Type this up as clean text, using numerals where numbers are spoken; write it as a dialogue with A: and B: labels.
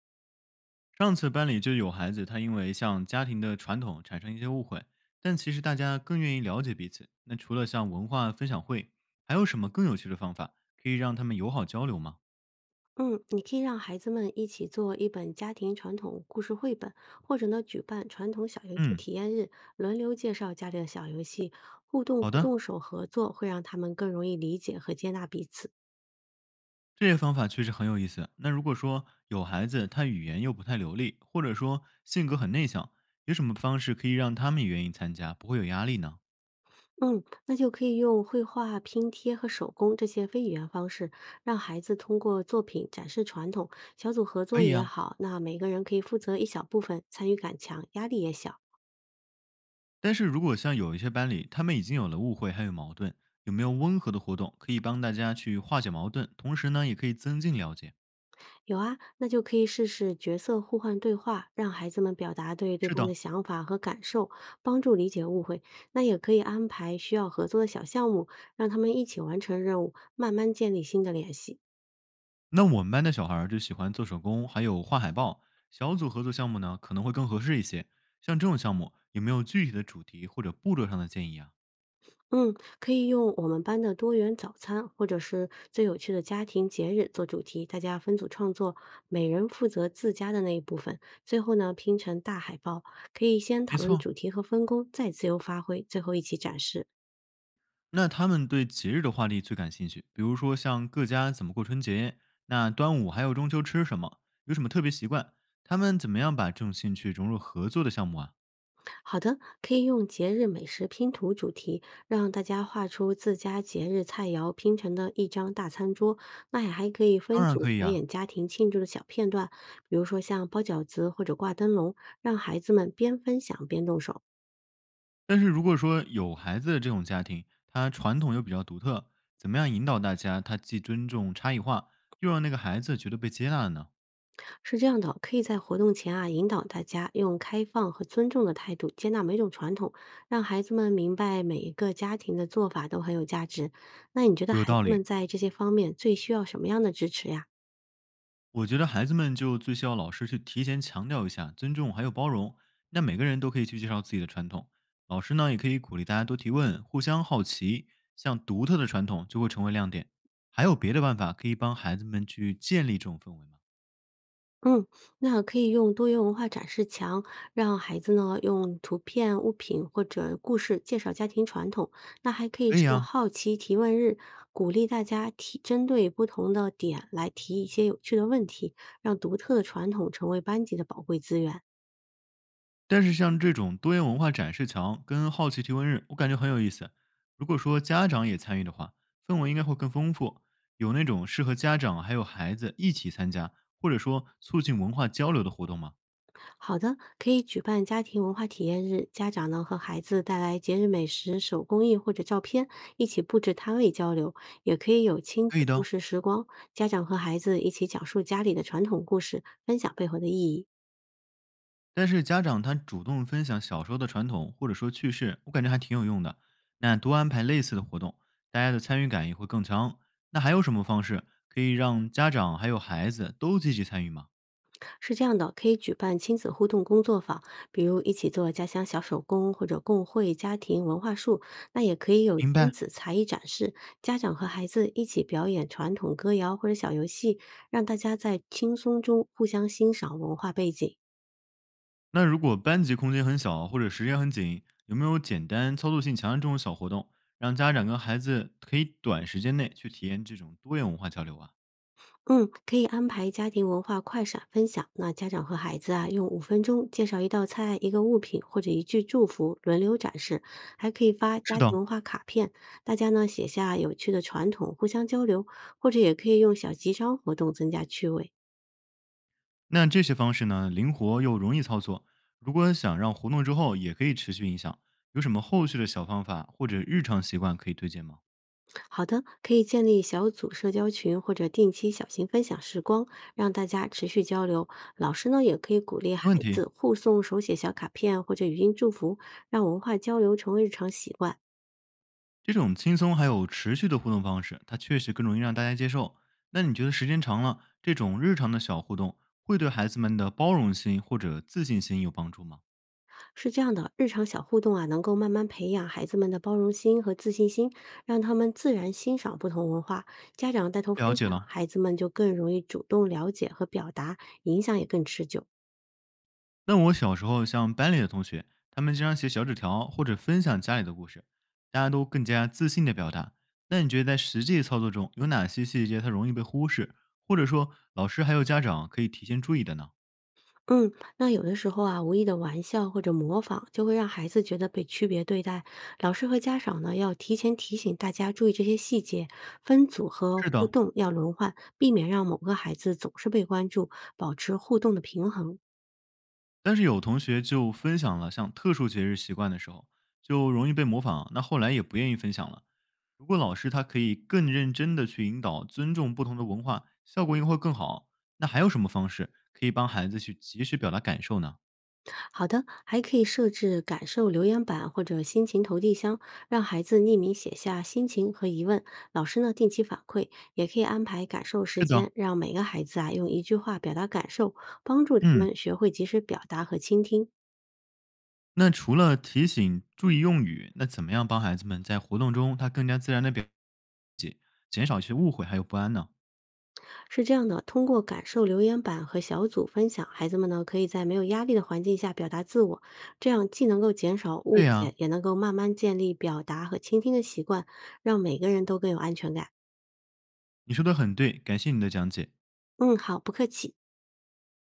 A: 上次班里就有孩子，他因为像家庭的传统产生一些误会，但其实大家更愿意了解彼此。那除了像文化分享会，还有什么更有趣的方法可以让他们友好交流吗？
B: 嗯，你可以让孩子们一起做一本家庭传统故事绘本，或者呢举办传统小游戏
A: 嗯，
B: 体验日，轮流介绍家里的小游戏，互动
A: 好
B: 和
A: 的，
B: 动手合作会让他们更容易理解和接纳彼此。
A: 这些方法确实很有意思。那如果说有孩子他语言又不太流利，或者说性格很内向，有什么方式可以让他们也愿意参加，不会有压力呢？
B: 嗯，那就可以用绘画、拼贴和手工这些非语言方式，让孩子通过作品展示传统。小组合
A: 可
B: 作
A: 以
B: 也
A: 呀、
B: 好，那每个人可以负责一小部分，参与感强，压力也小。
A: 但是如果像有一些班里，他们已经有了误会还有矛盾，有没有温和的活动可以帮大家去化解矛盾，同时呢，也可以增进了解？
B: 有啊，那就可以试试角色互换对话，让孩子们表达对对
A: 是
B: 方的
A: 的，
B: 想法和感受，帮助理解误会。那也可以安排需要合作的小项目，让他们一起完成任务，慢慢建立新的联系。
A: 那我们班的小孩儿就喜欢做手工，还有画海报，小组合作项目呢可能会更合适一些。像这种项目，有没有具体的主题或者步骤上的建议啊？
B: 嗯，可以用我们班的多元早餐，或者是最有趣的家庭节日做主题，大家分组创作，每人负责自家的那一部分，最后呢拼成大海报。可以先讨
A: 没
B: 论
A: 错，
B: 主题和分工，再自由发挥，最后一起展示。
A: 那他们对节日的话题最感兴趣，比如说像各家怎么过春节，那端午还有中秋吃什么，有什么特别习惯，他们怎么样把这种兴趣融入合作的项目啊？
B: 好的，可以用节日美食拼图主题，让大家画出自家节日菜肴拼成的一张大餐桌。那也还可以分
A: 当然
B: 组
A: 可以
B: 表
A: 啊，
B: 演家庭庆祝的小片段，比如说像包饺子或者挂灯笼，让孩子们边分享边动手。
A: 但是如果说有孩子的这种家庭，他传统又比较独特，怎么样引导大家，他既尊重差异化，又让那个孩子觉得被接纳了呢？
B: 是这样的，可以在活动前啊，引导大家用开放和尊重的态度接纳每种传统，让孩子们明白每一个家庭的做法都很有价值。那你觉得孩
A: 有道
B: 子们
A: 理，
B: 在这些方面最需要什么样的支持呀？
A: 我觉得孩子们就最需要老师去提前强调一下尊重还有包容。那每个人都可以去介绍自己的传统，老师呢也可以鼓励大家多提问，互相好奇，像独特的传统就会成为亮点。还有别的办法可以帮孩子们去建立这种氛围吗？
B: 嗯，那可以用多元文化展示墙，让孩子呢用图片、物品或者故事介绍家庭传统。那还可以
A: 可以
B: 设
A: 啊，
B: 好奇提问日，鼓励大家提针对不同的点来提一些有趣的问题，让独特的传统成为班级的宝贵资源。
A: 但是像这种多元文化展示墙跟好奇提问日，我感觉很有意思。如果说家长也参与的话，氛围应该会更丰富，有那种适合家长还有孩子一起参加，或者说促进文化交流的活动吗？
B: 好的，可以举办家庭文化体验日，家长呢和孩子带来节日美食、手工艺或者照片，一起布置摊位交流；也可以有亲
A: 可以
B: 子故
A: 的，
B: 事时光，家长和孩子一起讲述家里的传统故事，分享背后的意义。
A: 但是家长他主动分享小时候的传统或者说趣事，我感觉还挺有用的。那多安排类似的活动，大家的参与感也会更强。那还有什么方式可以让家长还有孩子都积极参与吗？
B: 是这样的，可以举办亲子互动工作坊，比如一起做家乡小手工或者共绘家庭文化树。那也可以有
A: 明
B: 亲
A: 白。
B: 子才艺展示，家长和孩子一起表演传统歌谣或者小游戏，让大家在轻松中互相欣赏文化背景。
A: 那如果班级空间很小或者时间很紧，有没有简单操作性强的这种小活动，让家长跟孩子可以短时间内去体验这种多元文化交流啊？
B: 嗯，可以安排家庭文化快闪分享。那家长和孩子啊，用5分钟介绍一道菜、一个物品或者一句祝福，轮流展示。还可以发家
A: 是的，
B: 庭文化卡片，大家呢写下有趣的传统，互相交流，或者也可以用小集章活动增加趣味。
A: 那这些方式呢，灵活又容易操作。如果想让活动之后也可以持续影响，有什么后续的小方法或者日常习惯可以推荐吗？
B: 好的，可以建立小组社交群或者定期小型分享时光，让大家持续交流。老师呢也可以鼓励孩
A: 没问题。
B: 子互送手写小卡片或者语音祝福，让文化交流成为日常习惯。
A: 这种轻松还有持续的互动方式，它确实更容易让大家接受。那你觉得时间长了，这种日常的小互动会对孩子们的包容心或者自信心有帮助吗？
B: 是这样的，日常小互动啊，能够慢慢培养孩子们的包容心和自信心，让他们自然欣赏不同文化。家长带头
A: 了
B: 分
A: 解
B: 享，
A: 了。
B: 孩子们就更容易主动了解和表达，影响也更持久。
A: 那我小时候像班里的同学，他们经常写小纸条或者分享家里的故事，大家都更加自信的表达。那你觉得在实际操作中有哪些细节它容易被忽视，或者说老师还有家长可以提前注意的呢？
B: 嗯，那有的时候啊，无意的玩笑或者模仿，就会让孩子觉得被区别对待。老师和家长呢，要提前提醒大家注意这些细节，分组和
A: 是
B: 互
A: 的，
B: 动要轮换，避免让某个孩子总是被关注，保持互动的平衡。
A: 但是有同学就分享了像特殊节日习惯的时候，就容易被模仿，那后来也不愿意分享了。如果老师他可以更认真的去引导，尊重不同的文化，效果应该会更好。那还有什么方式可以帮孩子去及时表达感受呢？
B: 好的，还可以设置感受留言板或者心情投递箱，让孩子匿名写下心情和疑问，老师呢定期反馈，也可以安排感受时
A: 是的，
B: 间，让每个孩子啊用一句话表达感受，帮助他
A: 嗯，
B: 们学会及时表达和倾听。
A: 那除了提醒注意用语，那怎么样帮孩子们在活动中他更加自然的表达自己减少一些误会还有不安呢？
B: 是这样的，通过感受留言板和小组分享，孩子们呢可以在没有压力的环境下表达自我，这样既能够减少误
A: 对
B: 解，
A: 呀、
B: 也能够慢慢建立表达和倾听的习惯，让每个人都更有安全感。
A: 你说的很对，感谢你的讲解。
B: 嗯，好，不客气。